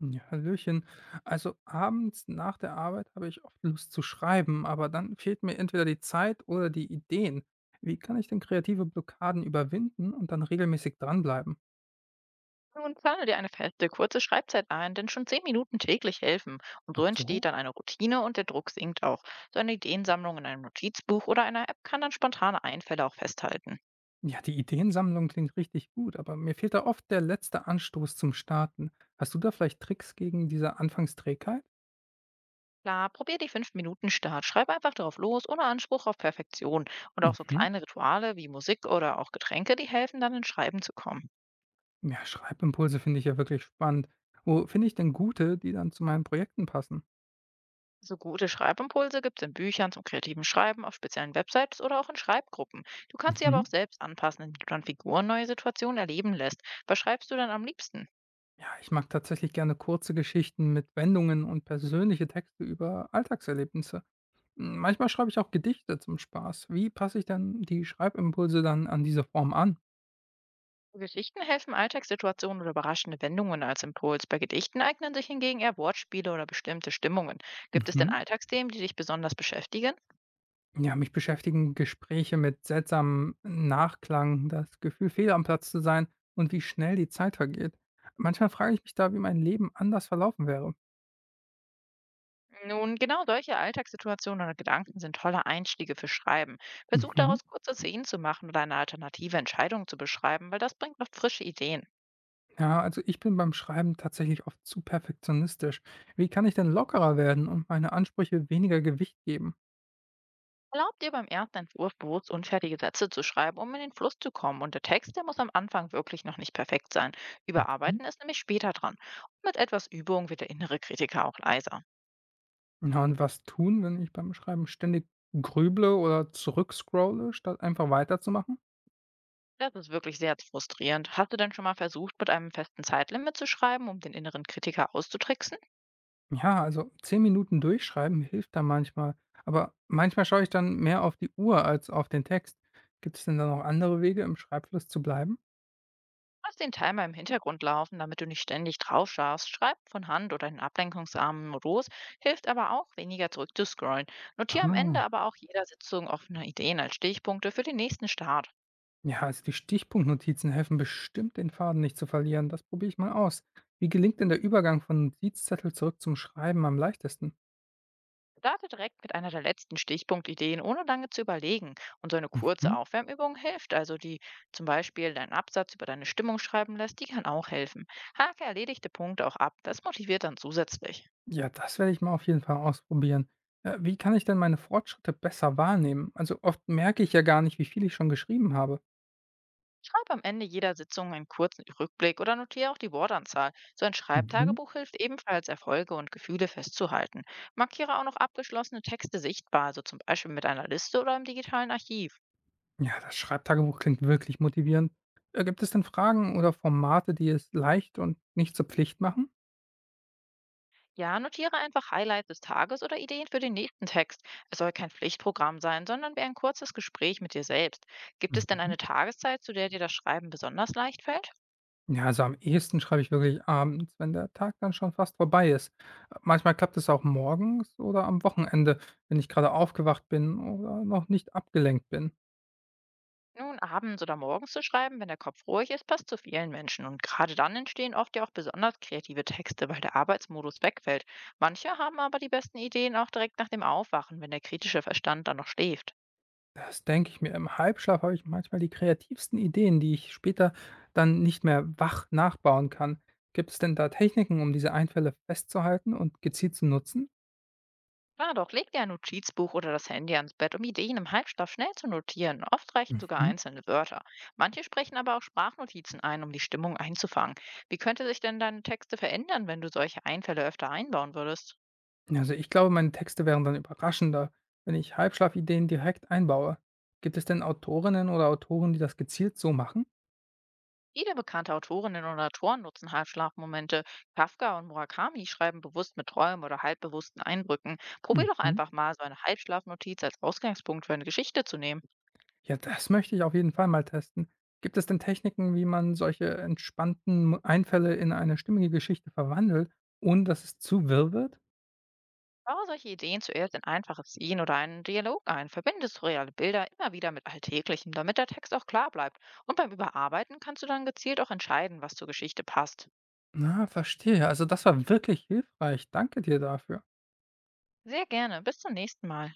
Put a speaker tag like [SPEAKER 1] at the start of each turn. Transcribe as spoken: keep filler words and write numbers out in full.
[SPEAKER 1] Ja, hallöchen. Also abends nach der Arbeit habe ich oft Lust zu schreiben, aber dann fehlt mir entweder die Zeit oder die Ideen. Wie kann ich denn kreative Blockaden überwinden und dann regelmäßig dranbleiben?
[SPEAKER 2] Nun plane dir eine feste, kurze Schreibzeit ein, denn schon zehn Minuten täglich helfen. Und
[SPEAKER 1] Ach
[SPEAKER 2] so
[SPEAKER 1] so.
[SPEAKER 2] entsteht dann eine Routine und der Druck sinkt auch. So eine Ideensammlung in einem Notizbuch oder einer App kann dann spontane Einfälle auch festhalten.
[SPEAKER 1] Ja, die Ideensammlung klingt richtig gut, aber mir fehlt da oft der letzte Anstoß zum Starten. Hast du da vielleicht Tricks gegen diese Anfangsträgheit?
[SPEAKER 2] Klar, probier die fünf minuten start Schreib einfach drauf los, ohne Anspruch auf Perfektion. Und auch so
[SPEAKER 1] Mhm.
[SPEAKER 2] kleine Rituale wie Musik oder auch Getränke, die helfen dann ins Schreiben zu kommen.
[SPEAKER 1] Ja, Schreibimpulse finde ich ja wirklich spannend. Wo finde ich denn gute, die dann zu meinen Projekten passen?
[SPEAKER 2] So gute Schreibimpulse gibt es in Büchern zum kreativen Schreiben, auf speziellen Websites oder auch in Schreibgruppen. Du kannst sie aber
[SPEAKER 1] Mhm.
[SPEAKER 2] auch selbst anpassen, indem du an Figuren neue Situationen erleben lässt. Was schreibst du dann am liebsten?
[SPEAKER 1] Ja, ich mag tatsächlich gerne kurze Geschichten mit Wendungen und persönliche Texte über Alltagserlebnisse. M, Manchmal schreibe ich auch Gedichte zum Spaß. Wie passe ich dann die Schreibimpulse dann an diese Form an?
[SPEAKER 2] Geschichten helfen Alltagssituationen oder überraschende Wendungen als Impuls. Bei Gedichten eignen sich hingegen eher Wortspiele oder bestimmte Stimmungen. Gibt es denn
[SPEAKER 1] Mhm.
[SPEAKER 2] Alltagsthemen, die dich besonders beschäftigen?
[SPEAKER 1] Ja, mich beschäftigen Gespräche mit seltsamem Nachklang, das Gefühl, fehl am Platz zu sein, und wie schnell die Zeit vergeht. Manchmal frage ich mich da, wie mein Leben anders verlaufen wäre.
[SPEAKER 2] Nun, genau solche Alltagssituationen oder Gedanken sind tolle Einstiege für Schreiben. Versuch
[SPEAKER 1] Mhm.
[SPEAKER 2] daraus kurze Szenen zu machen oder eine alternative Entscheidung zu beschreiben, weil das bringt oft frische Ideen.
[SPEAKER 1] Ja, also ich bin beim Schreiben tatsächlich oft zu perfektionistisch. Wie kann ich denn lockerer werden und meine Ansprüche weniger Gewicht geben?
[SPEAKER 2] Erlaubt ihr beim ersten Entwurf bewusst unfertige Sätze zu schreiben, um in den Fluss zu kommen. Und der Text, der muss am Anfang wirklich noch nicht perfekt sein.
[SPEAKER 1] Mhm.
[SPEAKER 2] Überarbeiten ist nämlich später dran. Und mit etwas Übung wird der innere Kritiker auch leiser.
[SPEAKER 1] Ja, und was tun, wenn ich beim Schreiben ständig grüble oder zurückscrolle, statt einfach weiterzumachen?
[SPEAKER 2] Das ist wirklich sehr frustrierend. Hast du denn schon mal versucht, mit einem festen Zeitlimit zu schreiben, um den inneren Kritiker auszutricksen?
[SPEAKER 1] Ja, also zehn Minuten durchschreiben hilft da manchmal. Aber manchmal schaue ich dann mehr auf die Uhr als auf den Text. Gibt es denn da noch andere Wege, im Schreibfluss zu bleiben?
[SPEAKER 2] Lass den Timer im Hintergrund laufen, damit du nicht ständig drauf schaust. Schreib von Hand oder in ablenkungsarmen Modus, hilft aber auch, weniger zurückzuscrollen. Notiere am Ende
[SPEAKER 1] Ah.
[SPEAKER 2] aber auch jeder Sitzung offene Ideen als Stichpunkte für den nächsten Start.
[SPEAKER 1] Ja, also die Stichpunktnotizen helfen bestimmt, den Faden nicht zu verlieren. Das probiere ich mal aus. Wie gelingt denn der Übergang von Notizzettel zurück zum Schreiben am leichtesten?
[SPEAKER 2] Starte direkt mit einer der letzten Stichpunktideen, ohne lange zu überlegen. Und so eine kurze
[SPEAKER 1] Mhm.
[SPEAKER 2] Aufwärmübung hilft. Also die zum Beispiel deinen Absatz über deine Stimmung schreiben lässt, die kann auch helfen. Hake erledigte Punkte auch ab. Das motiviert dann zusätzlich.
[SPEAKER 1] Ja, das werde ich mal auf jeden Fall ausprobieren. Äh, wie kann ich denn meine Fortschritte besser wahrnehmen? Also oft merke ich ja gar nicht, wie viel ich schon geschrieben habe.
[SPEAKER 2] Schreib am Ende jeder Sitzung einen kurzen Rückblick oder notiere auch die Wortanzahl. So ein
[SPEAKER 1] Mhm.
[SPEAKER 2] Schreibtagebuch hilft ebenfalls, Erfolge und Gefühle festzuhalten. Markiere auch noch abgeschlossene Texte sichtbar, so zum Beispiel mit einer Liste oder im digitalen Archiv.
[SPEAKER 1] Ja, das Schreibtagebuch klingt wirklich motivierend. Äh, gibt es denn Fragen oder Formate, die es leicht und nicht zur Pflicht machen?
[SPEAKER 2] Ja, notiere einfach Highlights des Tages oder Ideen für den nächsten Text. Es soll kein Pflichtprogramm sein, sondern wie ein kurzes Gespräch mit dir selbst. Gibt es denn
[SPEAKER 1] Mhm.
[SPEAKER 2] eine Tageszeit, zu der dir das Schreiben besonders leicht fällt?
[SPEAKER 1] Ja, also am ehesten schreibe ich wirklich abends, wenn der Tag dann schon fast vorbei ist. Äh, Manchmal klappt es auch morgens oder am Wochenende, wenn ich gerade aufgewacht bin oder noch nicht abgelenkt bin.
[SPEAKER 2] Nun, abends oder morgens zu schreiben, wenn der Kopf ruhig ist, passt zu vielen Menschen. Und gerade dann entstehen oft ja auch besonders kreative Texte, weil der Arbeitsmodus wegfällt. Manche haben aber die besten Ideen auch direkt nach dem Aufwachen, wenn der kritische Verstand dann noch schläft.
[SPEAKER 1] Das denke ich mir. Im Halbschlaf habe ich manchmal die kreativsten Ideen, die ich später dann nicht mehr wach nachbauen kann. Gibt es denn da Techniken, um diese Einfälle festzuhalten und gezielt zu nutzen?
[SPEAKER 2] Klar doch, leg dir ein Notizbuch oder das Handy ans Bett, um Ideen im Halbschlaf schnell zu notieren. Oft reichen sogar
[SPEAKER 1] Mhm.
[SPEAKER 2] einzelne Wörter. Manche sprechen aber auch Sprachnotizen ein, um die Stimmung einzufangen. Wie könnte sich denn deine Texte verändern, wenn du solche Einfälle öfter einbauen würdest?
[SPEAKER 1] Also ich glaube, meine Texte wären dann überraschender, wenn ich Halbschlafideen direkt einbaue. Gibt es denn Autorinnen oder Autoren, die das gezielt so machen?
[SPEAKER 2] Viele bekannte Autorinnen und Autoren nutzen Halbschlafmomente. Kafka und Murakami schreiben bewusst mit Träumen oder halbbewussten Eindrücken. Probier doch
[SPEAKER 1] Mhm.
[SPEAKER 2] einfach mal so eine Halbschlafnotiz als Ausgangspunkt für eine Geschichte zu nehmen.
[SPEAKER 1] Ja, das möchte ich auf jeden Fall mal testen. Gibt es denn Techniken, wie man solche entspannten Einfälle in eine stimmige Geschichte verwandelt, ohne dass es zu wirr wird?
[SPEAKER 2] Baue solche Ideen zuerst in einfache Szenen oder einen Dialog ein. Verbinde surreale Bilder immer wieder mit Alltäglichem, damit der Text auch klar bleibt. Und beim Überarbeiten kannst du dann gezielt auch entscheiden, was zur Geschichte passt.
[SPEAKER 1] Na, verstehe. Also, das war wirklich hilfreich. Danke dir dafür.
[SPEAKER 2] Sehr gerne. Bis zum nächsten Mal.